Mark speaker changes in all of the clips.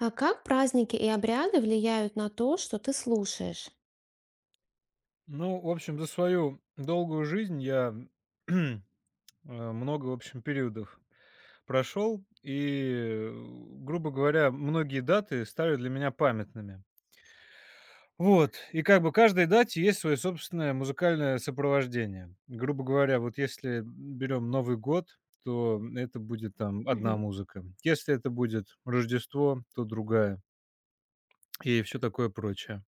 Speaker 1: А как праздники и обряды влияют на то, что ты слушаешь?
Speaker 2: Ну, в общем, за свою долгую жизнь я э, много, в общем, периодов прошел, и грубо говоря, многие даты стали для меня памятными. Вот, и как бы каждой дате есть свое собственное музыкальное сопровождение. Грубо говоря, вот если берем Новый год, то это будет там одна
Speaker 1: Мгм.
Speaker 2: музыка. Если это будет Рождество, то другая. И все такое прочее.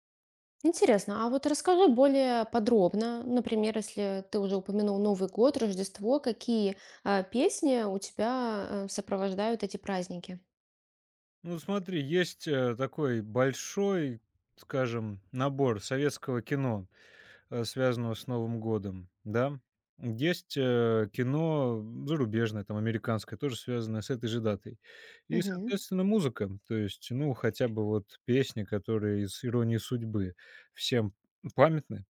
Speaker 1: Интересно, а вот расскажи более подробно, например, если ты уже упомянул Новый год, Рождество, какие песни у тебя сопровождают эти праздники?
Speaker 2: Ну, смотри, есть такой большой, скажем, набор советского кино, связанного с Новым годом, да. Есть кино зарубежное, там, американское, тоже связанное с этой же датой. И,
Speaker 1: Мгм.
Speaker 2: соответственно, музыка. То есть, ну, хотя бы вот песни, которые из "Иронии судьбы" всем памятны.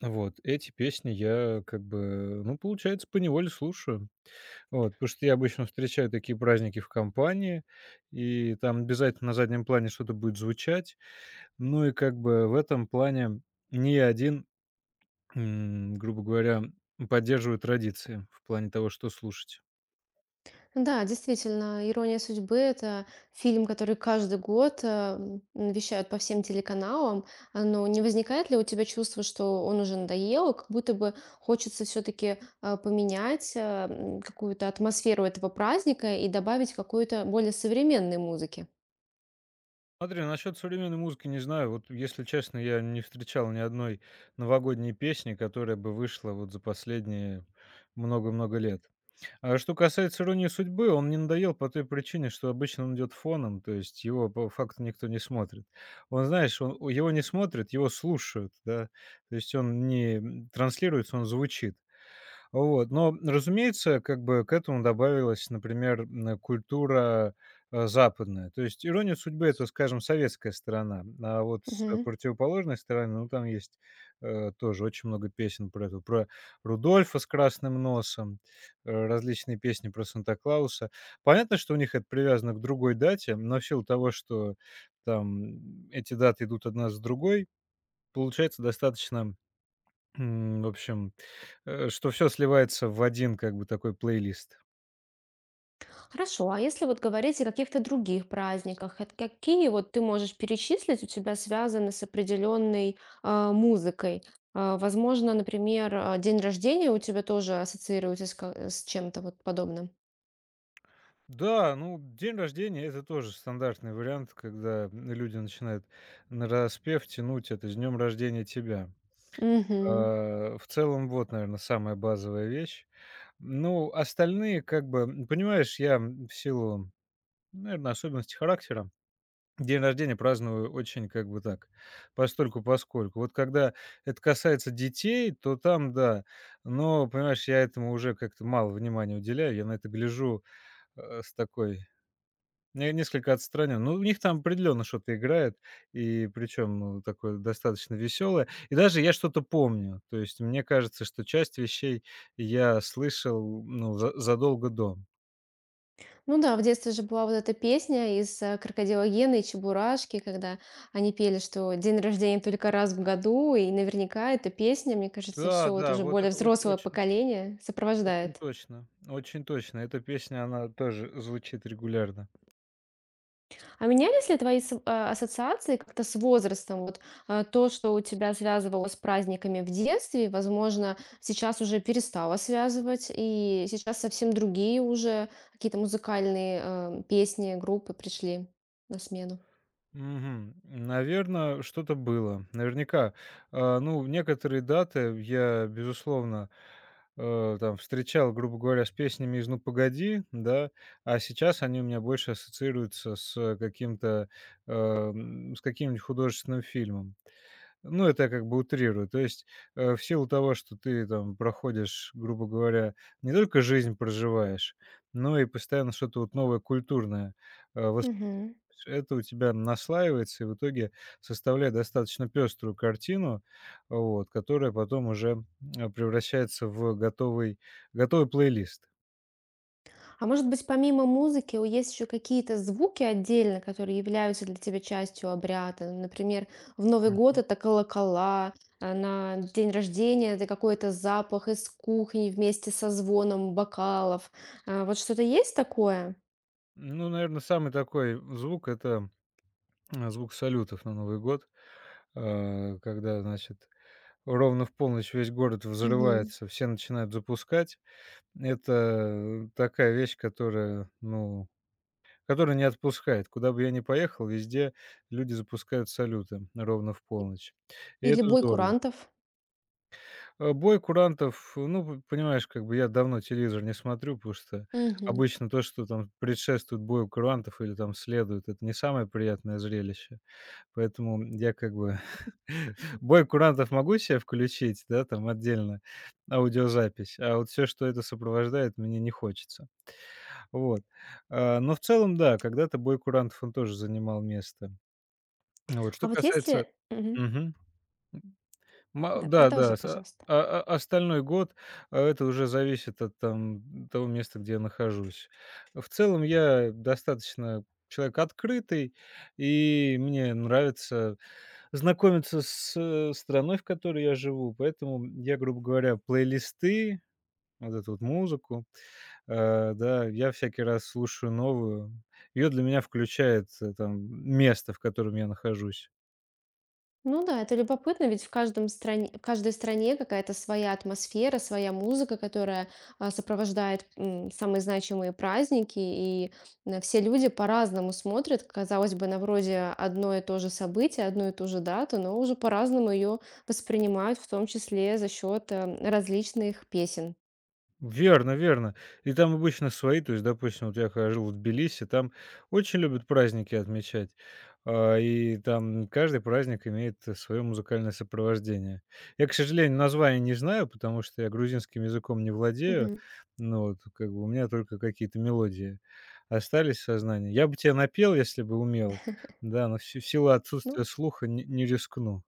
Speaker 2: Вот эти песни я, как бы, ну, получается, поневоле слушаю. Вот, потому что я обычно встречаю такие праздники в компании, и там обязательно на заднем плане что-то будет звучать. Ну и как бы в этом плане не я один, грубо говоря, поддерживаю традиции в плане того, что слушать.
Speaker 1: Да, действительно, "Ирония судьбы" — это фильм, который каждый год, вещают по всем телеканалам. А, но не возникает ли у тебя чувство, что он уже надоел, и как будто бы хочется все таки поменять, какую-то атмосферу этого праздника и добавить какой-то более современной музыки?
Speaker 2: Смотри, насчет современной музыки не знаю. Вот, если честно, я не встречал ни одной новогодней песни, которая бы вышла вот за последние много-много лет. А что касается "Иронии судьбы", он мне надоел по той причине, что обычно он идет фоном, то есть его по факту никто не смотрит. Он, знаешь, он его не смотрят, его слушают, да, то есть он не, транслируется, он звучит. Вот, но, разумеется, как бы к этому добавилась, например, культура, западная. То есть "Ирония судьбы" — это, скажем, советская сторона, а вот с
Speaker 1: Мгм.
Speaker 2: противоположной стороны, ну, там есть, тоже очень много песен про это, про Рудольфа с красным носом, различные песни про Санта-Клауса. Понятно, что у них это привязано к другой дате, но в силу того, что там эти даты идут одна с другой, получается достаточно в общем, что все сливается в один как бы такой плейлист.
Speaker 1: Хорошо, а если вот говорить о каких-то других праздниках, это какие вот ты можешь перечислить у тебя связаны с определенной музыкой? А, возможно, например, день рождения у тебя тоже ассоциируется с чем-то вот подобным.
Speaker 2: Да, ну, день рождения — это тоже стандартный вариант, когда люди начинают на распев тянуть это: "С днем рождения тебя".
Speaker 1: Мгм.
Speaker 2: А в целом, вот, наверное, самая базовая вещь. Ну, остальные как бы, понимаешь, я, в силу, наверное, особенностей характера день рождения праздную очень как бы так, постольку поскольку. Вот когда это касается детей, то там да. Но, понимаешь, я этому уже как-то мало внимания уделяю. Я на это гляжу, с такой не несколько отстранен. Ну, у них там определенно что-то играет, и причем, ну, такое достаточно веселое. И даже я что-то помню. То есть мне кажется, что часть вещей я слышал, ну, за задолго до.
Speaker 1: Ну да, в детстве же была вот эта песня из Крокодила Гены и Чебурашки, когда они пели, что день рождения только раз в году, и наверняка эта песня, мне кажется,
Speaker 2: Да,
Speaker 1: все вот
Speaker 2: да,
Speaker 1: уже
Speaker 2: вот
Speaker 1: более
Speaker 2: это оч
Speaker 1: взрослое
Speaker 2: очень
Speaker 1: поколение
Speaker 2: очень
Speaker 1: сопровождает.
Speaker 2: точно, очень точно. Эта песня, она тоже звучит регулярно.
Speaker 1: А менялись ли твои ассоциации как-то с возрастом? Вот, то, что у тебя связывало с праздниками в детстве, возможно, сейчас уже перестало связывать, и сейчас совсем другие уже какие-то музыкальные, песни, группы пришли на смену?
Speaker 2: Мгм. Наверно, что-то было. Наверняка. А, ну, некоторые даты я, безусловно, там встречал, грубо говоря, с песнями из "Ну, погоди", да, а сейчас они у меня больше ассоциируются с каким-то, с каким-нибудь художественным фильмом. Ну, это я как бы утрирую. То есть, в силу того, что ты там проходишь, грубо говоря, не только жизнь проживаешь, но и постоянно что-то вот новое культурное, э, выс
Speaker 1: Мгм.
Speaker 2: это у тебя наслаивается и в итоге составляет достаточно пеструю картину, вот, которая потом уже, превращается в готовый готовый плейлист.
Speaker 1: А может быть, помимо музыки, у есть еще какие-то звуки отдельно, которые являются для тебя частью обряда? Например, в Новый год
Speaker 2: М.
Speaker 1: это колокола, а на день рождения это какой-то запах из кухни вместе со звоном бокалов. А, вот что-то есть такое?
Speaker 2: Ну, наверное, самый такой звук — это, звук салютов на Новый год, когда, значит, ровно в полночь весь город
Speaker 1: Мгм.
Speaker 2: взрывается, все начинают запускать. Это такая вещь, которая, ну, которая не отпускает. Куда бы я ни поехал, везде люди запускают салюты ровно в полночь. И
Speaker 1: Или
Speaker 2: это
Speaker 1: бой
Speaker 2: здорово.
Speaker 1: курантов?
Speaker 2: Бой курантов, ну, п понимаешь, как бы я давно телевизор не смотрю, потому что
Speaker 1: Мгм.
Speaker 2: обычно то, что там предшествует бою курантов или там следует, это не самое приятное зрелище. Поэтому я как бы бой курантов могу себе включить, да, там отдельно аудиозапись, а вот все, что это сопровождает, мне не хочется. Вот. А, но в целом, да, когда-то бой курантов, он тоже занимал место. Вот. Что
Speaker 1: А вот
Speaker 2: касается...
Speaker 1: если. Мгм.
Speaker 2: Мгм. Ма
Speaker 1: Да,
Speaker 2: да,
Speaker 1: продолжи,
Speaker 2: да, с
Speaker 1: пожалуйста.
Speaker 2: а остальной год, а, это уже зависит от там того места, где я нахожусь. В целом я достаточно человек открытый, и мне нравится знакомиться с, страной, в которой я живу. Поэтому я, грубо говоря, плейлисты, вот эту вот музыку, да, я всякий раз слушаю новую. Ее для меня включает, там место, в котором я нахожусь.
Speaker 1: Ну да, это любопытно, ведь в каждом стране, в каждой стране какая-то своя атмосфера, своя музыка, которая сопровождает самые значимые праздники, и все люди по-разному смотрят, казалось бы, на вроде одно и то же событие, одну и ту же дату, но уже по-разному ее воспринимают, в том числе за счет различных песен.
Speaker 2: Верно, верно. И там обычно свои, то есть, допустим, вот я когда жил в Тбилиси, там очень любят праздники отмечать, а, и там каждый праздник имеет свое музыкальное сопровождение. Я, к сожалению, название не знаю, потому что я грузинским языком не владею,
Speaker 1: Мгм.
Speaker 2: ну вот, как бы у меня только какие-то мелодии остались в сознании. Я бы тебя напел, если бы умел, да, но в силу
Speaker 1: Ну,
Speaker 2: отсутствия слуха не рискну.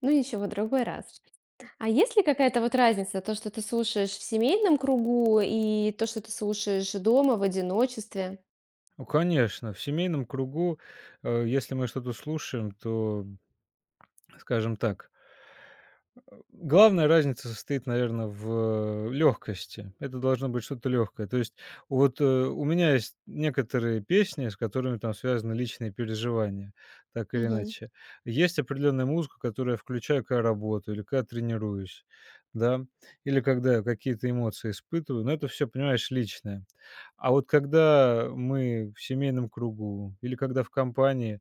Speaker 1: ну, ничего, в другой раз. А есть ли какая-то вот разница, то, что ты слушаешь в семейном кругу, и то, что ты слушаешь дома в одиночестве?
Speaker 2: Ну, конечно, в семейном кругу, если мы что-то слушаем, то... Скажем так, главная разница состоит, наверное, в легкости. Это должно быть что-то легкое. То есть вот, у меня есть некоторые песни, с которыми там связаны личные переживания, так или
Speaker 1: Мгм.
Speaker 2: иначе. Есть определенная музыка, которую я включаю, когда работаю или когда тренируюсь, да, или когда я какие-то эмоции испытываю, но это все, понимаешь, личное. А вот когда мы в семейном кругу или когда в компании,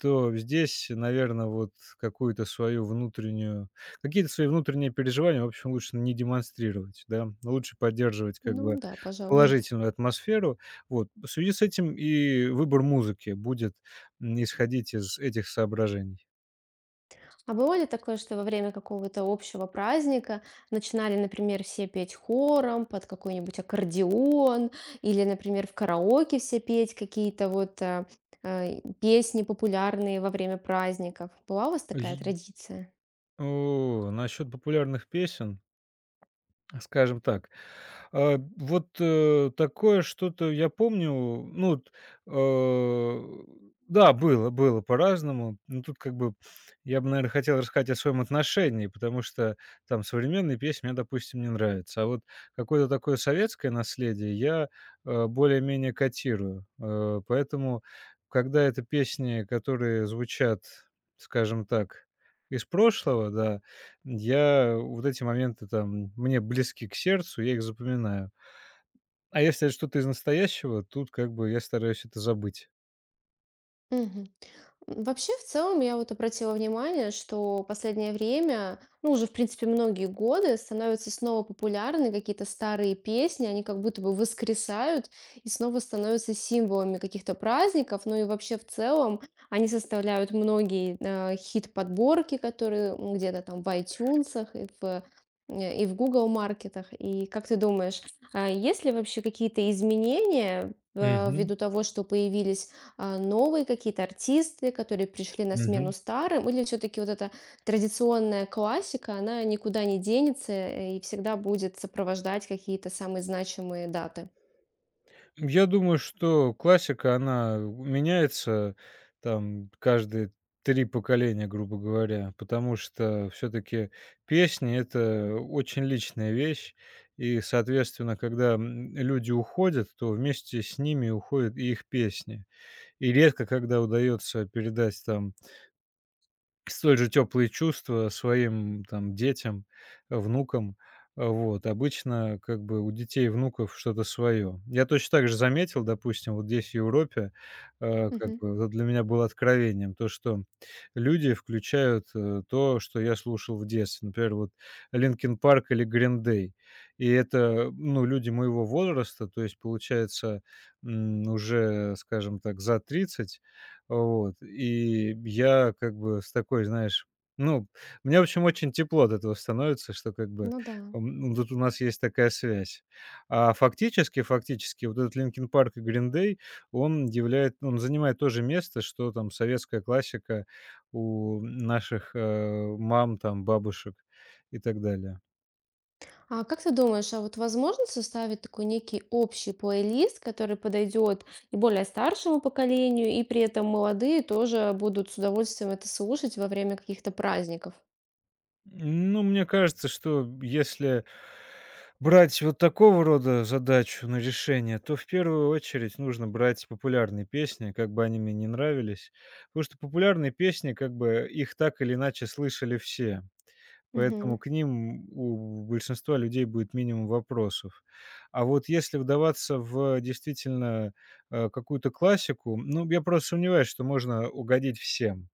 Speaker 2: то здесь, наверное, вот какую-то свою внутреннюю какие-то свои внутренние переживания, в общем, лучше не демонстрировать, да. Лучше поддерживать как
Speaker 1: Ну
Speaker 2: бы
Speaker 1: да, пожалуй.
Speaker 2: положительную атмосферу. Вот. В связи с этим и выбор музыки будет, исходить из этих соображений.
Speaker 1: А было ли такое, что во время какого-то общего праздника начинали, например, все петь хором под какой-нибудь аккордеон, или, например, в караоке все петь какие-то вот песни популярные во время праздников? Была у вас такая
Speaker 2: Й
Speaker 1: традиция?
Speaker 2: насчет популярных песен... Скажем так. А, вот, такое что-то я помню, ну вот, э, да, было по-разному. Ну, тут как бы я бы, наверное, хотел рассказать о своем отношении, потому что там современные песни мне, допустим, не нравятся. А вот какое-то такое советское наследие я, более-менее котирую. Поэтому, когда это песни, которые звучат, скажем так, из прошлого, да, я вот эти моменты там мне близки к сердцу, я их запоминаю. А если это что-то из настоящего, тут как бы я стараюсь это забыть.
Speaker 1: Мгм. Вообще, в целом, я вот обратила внимание, что последнее время, ну, уже, в принципе, многие годы становятся снова популярны какие-то старые песни, они как будто бы воскресают и снова становятся символами каких-то праздников, ну и вообще в целом они составляют многие хит-подборки, которые где-то там в iTunes и в Google маркетах. И как ты думаешь, а есть ли вообще какие-то изменения
Speaker 2: Мгм,
Speaker 1: ввиду того, что появились новые какие-то артисты, которые пришли на смену
Speaker 2: мгм.
Speaker 1: старым, или все-таки вот эта традиционная классика, она никуда не денется и всегда будет сопровождать какие-то самые значимые даты?
Speaker 2: Я думаю, что классика, она меняется там каждые 3 поколения, грубо говоря, потому что все таки песни — это очень личная вещь. И, соответственно, когда, люди уходят, то вместе с ними уходят и их песни. И редко когда удается передать там столь же теплые чувства своим там детям, внукам. Вот. Обычно как бы у детей и внуков что-то свое. Я точно так же заметил, допустим, вот здесь, в Европе, э, как
Speaker 1: Мгм.
Speaker 2: бы это для меня было откровением, то, что люди включают, то, что я слушал в детстве. Например, вот "Линкин Парк" или "Green Day". И это, ну, люди моего возраста, то есть, получается, уже, скажем так, за 30 вот, и я как бы с такой, знаешь, ну, мне, в общем, очень тепло от этого становится, что как бы
Speaker 1: Ну да.
Speaker 2: ну, тут у нас есть такая связь. А фактически, фактически, вот этот Линкин Парк и Green — он он занимает то же место, что там советская классика у наших мам, там, бабушек и так далее.
Speaker 1: А как ты думаешь, а вот возможно составить такой некий общий плейлист, который подойдет и более старшему поколению, и при этом молодые тоже будут с удовольствием это слушать во время каких-то праздников?
Speaker 2: Ну, мне кажется, что если брать вот такого рода задачу на решение, то в первую очередь нужно брать популярные песни, как бы они мне не нравились. Потому что популярные песни, как бы их так или иначе слышали все.
Speaker 1: Мгм.
Speaker 2: Поэтому к ним у большинства людей будет минимум вопросов. А вот если вдаваться в действительно какую-то классику, ну, я просто сомневаюсь, что можно угодить всем.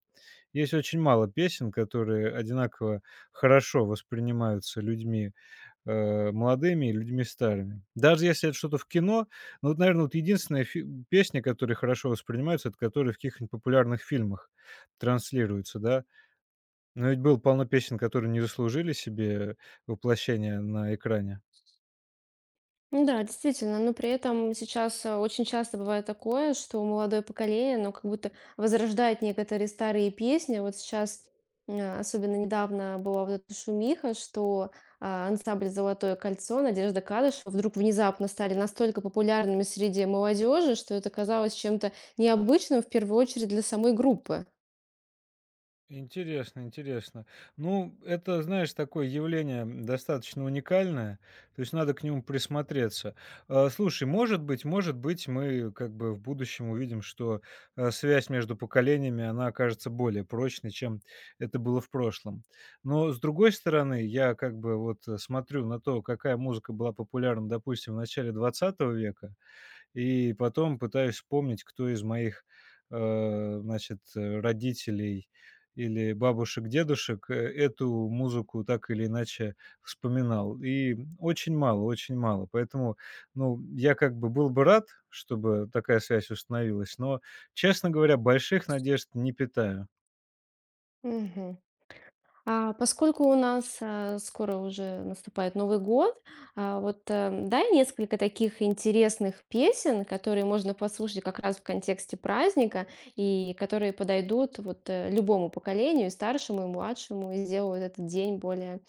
Speaker 2: Есть очень мало песен, которые одинаково хорошо воспринимаются людьми, молодыми и людьми старыми. Даже если это что-то в кино, ну вот, наверное, вот единственная фи песни, которые хорошо воспринимается, это которые в каких-нибудь популярных фильмах транслируются, да. Но ведь было полно песен, которые не заслужили себе воплощения на экране.
Speaker 1: Ну да, действительно, но при этом сейчас очень часто бывает такое, что молодое поколение, оно как будто возрождает некоторые старые песни. Вот сейчас, особенно недавно была вот эта шумиха, что ансамбль «Золотое кольцо», Надежда Кадышева вдруг внезапно стали настолько популярными среди молодежи, что это казалось чем-то необычным, в первую очередь, для самой группы.
Speaker 2: Интересно, интересно. Ну, это, знаешь, такое явление достаточно уникальное, то есть надо к нему присмотреться. А, слушай, может быть, мы как бы в будущем увидим, что, а, связь между поколениями, она окажется более прочной, чем это было в прошлом. Но, с другой стороны, я как бы вот, смотрю на то, какая музыка была популярна, допустим, в начале двадцатого века. И потом пытаюсь вспомнить, кто из моих, родителей или бабушек-дедушек, эту музыку так или иначе вспоминал. И очень мало, очень мало. Поэтому, ну, я как бы был бы рад, чтобы такая связь установилась, но, честно говоря, больших надежд не питаю.
Speaker 1: Мгм. А, поскольку у нас, скоро уже наступает Новый год, вот, дай несколько таких интересных песен, которые можно послушать как раз в контексте праздника и которые подойдут вот, любому поколению, и старшему, и младшему, и сделают этот день более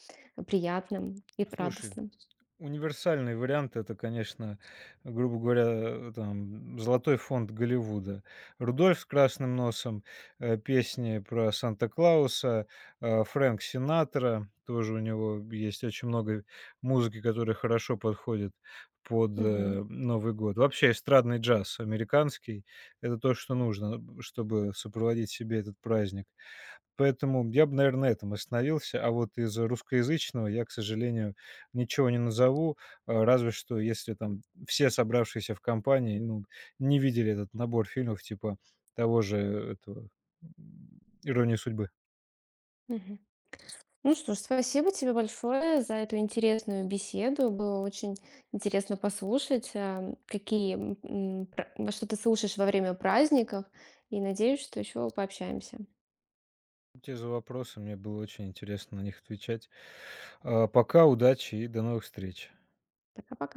Speaker 1: приятным и
Speaker 2: Слушай,
Speaker 1: радостным.
Speaker 2: универсальный вариант — это, конечно, грубо говоря, там, золотой фонд Голливуда. "Рудольф с красным носом", песни про Санта-Клауса, Фрэнк Синатра. Тоже у него есть очень много музыки, которая хорошо подходит под,
Speaker 1: Мгм.
Speaker 2: Новый год. Вообще эстрадный джаз американский — это то, что нужно, чтобы сопроводить себе этот праздник. Поэтому я бы, наверное, на этом остановился. А вот из русскоязычного я, к сожалению, ничего не назову, а, разве что если там все собравшиеся в компании, ну, не видели этот набор фильмов типа того же этого, "Иронии судьбы".
Speaker 1: Мгм. Ну что ж, спасибо тебе большое за эту интересную беседу. Было очень интересно послушать, во что ты слушаешь во время праздников. И надеюсь, что еще пообщаемся.
Speaker 2: Те за вопросы, мне было очень интересно на них отвечать. А, пока, удачи и до новых встреч.
Speaker 1: Пока-пока.